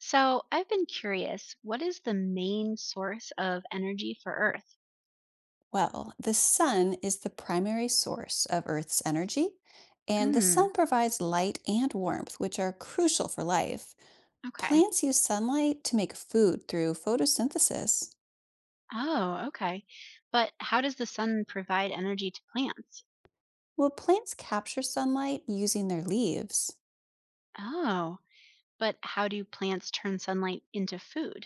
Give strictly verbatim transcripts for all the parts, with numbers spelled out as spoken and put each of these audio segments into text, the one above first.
So, I've been curious, what is the main source of energy for Earth? Well, the sun is the primary source of Earth's energy, and the Hmm. sun provides light and warmth, which are crucial for life. Okay. Plants use sunlight to make food through photosynthesis. Oh, okay. But how does the sun provide energy to plants? Well, plants capture sunlight using their leaves. Oh, but how do plants turn sunlight into food?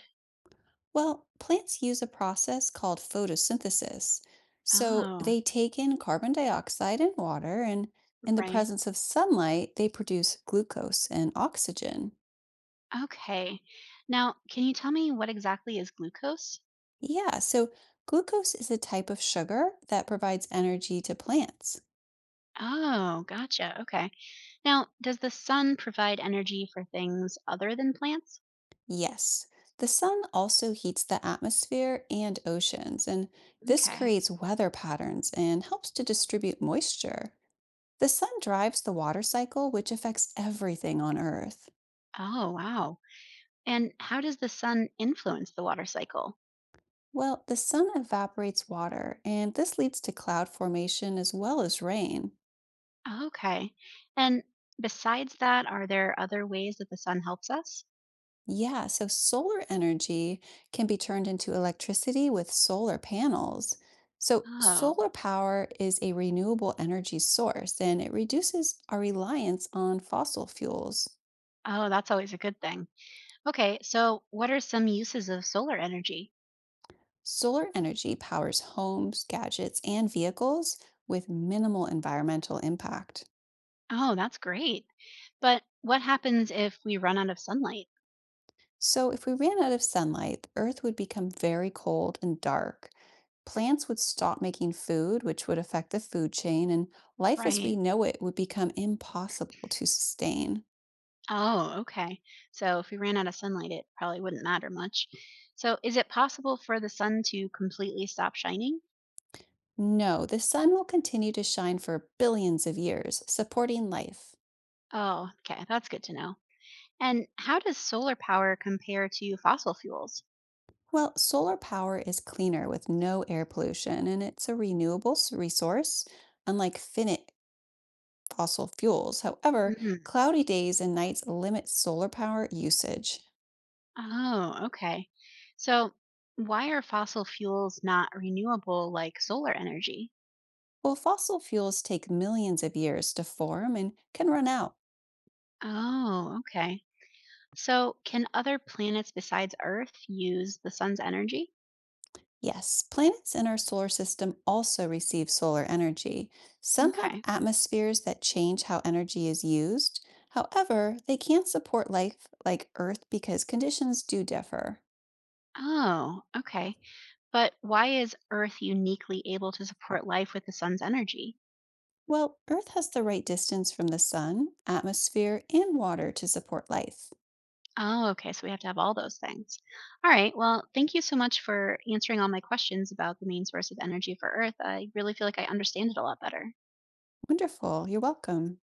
Well, plants use a process called photosynthesis. So Oh, they take in carbon dioxide and water, and in the right. presence of sunlight, they produce glucose and oxygen. Okay. Now, can you tell me what exactly is glucose? Yeah, so glucose is a type of sugar that provides energy to plants. Oh, gotcha. Okay. Now, does the sun provide energy for things other than plants? Yes, the sun also heats the atmosphere and oceans, and this Okay. creates weather patterns and helps to distribute moisture. The sun drives the water cycle, which affects everything on Earth. Oh, wow. And how does the sun influence the water cycle? Well, the sun evaporates water, and this leads to cloud formation as well as rain. Okay. And besides that, are there other ways that the sun helps us? Yeah, so solar energy can be turned into electricity with solar panels. So, Oh, solar power is a renewable energy source and it reduces our reliance on fossil fuels. oh, that's always a good thing. Okay, so what are some uses of solar energy? Solar energy powers homes, gadgets, and vehicles with minimal environmental impact. Oh, that's great. But what happens if we run out of sunlight? So, if we ran out of sunlight, the Earth would become very cold and dark. Plants would stop making food, which would affect the food chain, and life as we Right. know it would become impossible to sustain. Oh, okay. So if we ran out of sunlight, it probably wouldn't matter much. So is it possible for the sun to completely stop shining? No, the sun will continue to shine for billions of years, supporting life. Oh, okay. That's good to know. And how does solar power compare to fossil fuels? Well, solar power is cleaner with no air pollution, and it's a renewable s- resource, unlike finite fossil fuels. However, Mm. cloudy days and nights limit solar power usage. Oh, okay. So, why are fossil fuels not renewable like solar energy? Well, fossil fuels take millions of years to form and can run out. Oh, okay. So, can other planets besides Earth use the sun's energy? Yes, planets in our solar system also receive solar energy. Some have Okay. atmospheres that change how energy is used. However, they can't support life like Earth because conditions do differ. Oh, okay. But why is Earth uniquely able to support life with the sun's energy? Well, Earth has the right distance from the sun, atmosphere, and water to support life. Oh, okay. So we have to have all those things. All right. Well, thank you so much for answering all my questions about the main source of energy for Earth. I really feel like I understand it a lot better. Wonderful. You're welcome.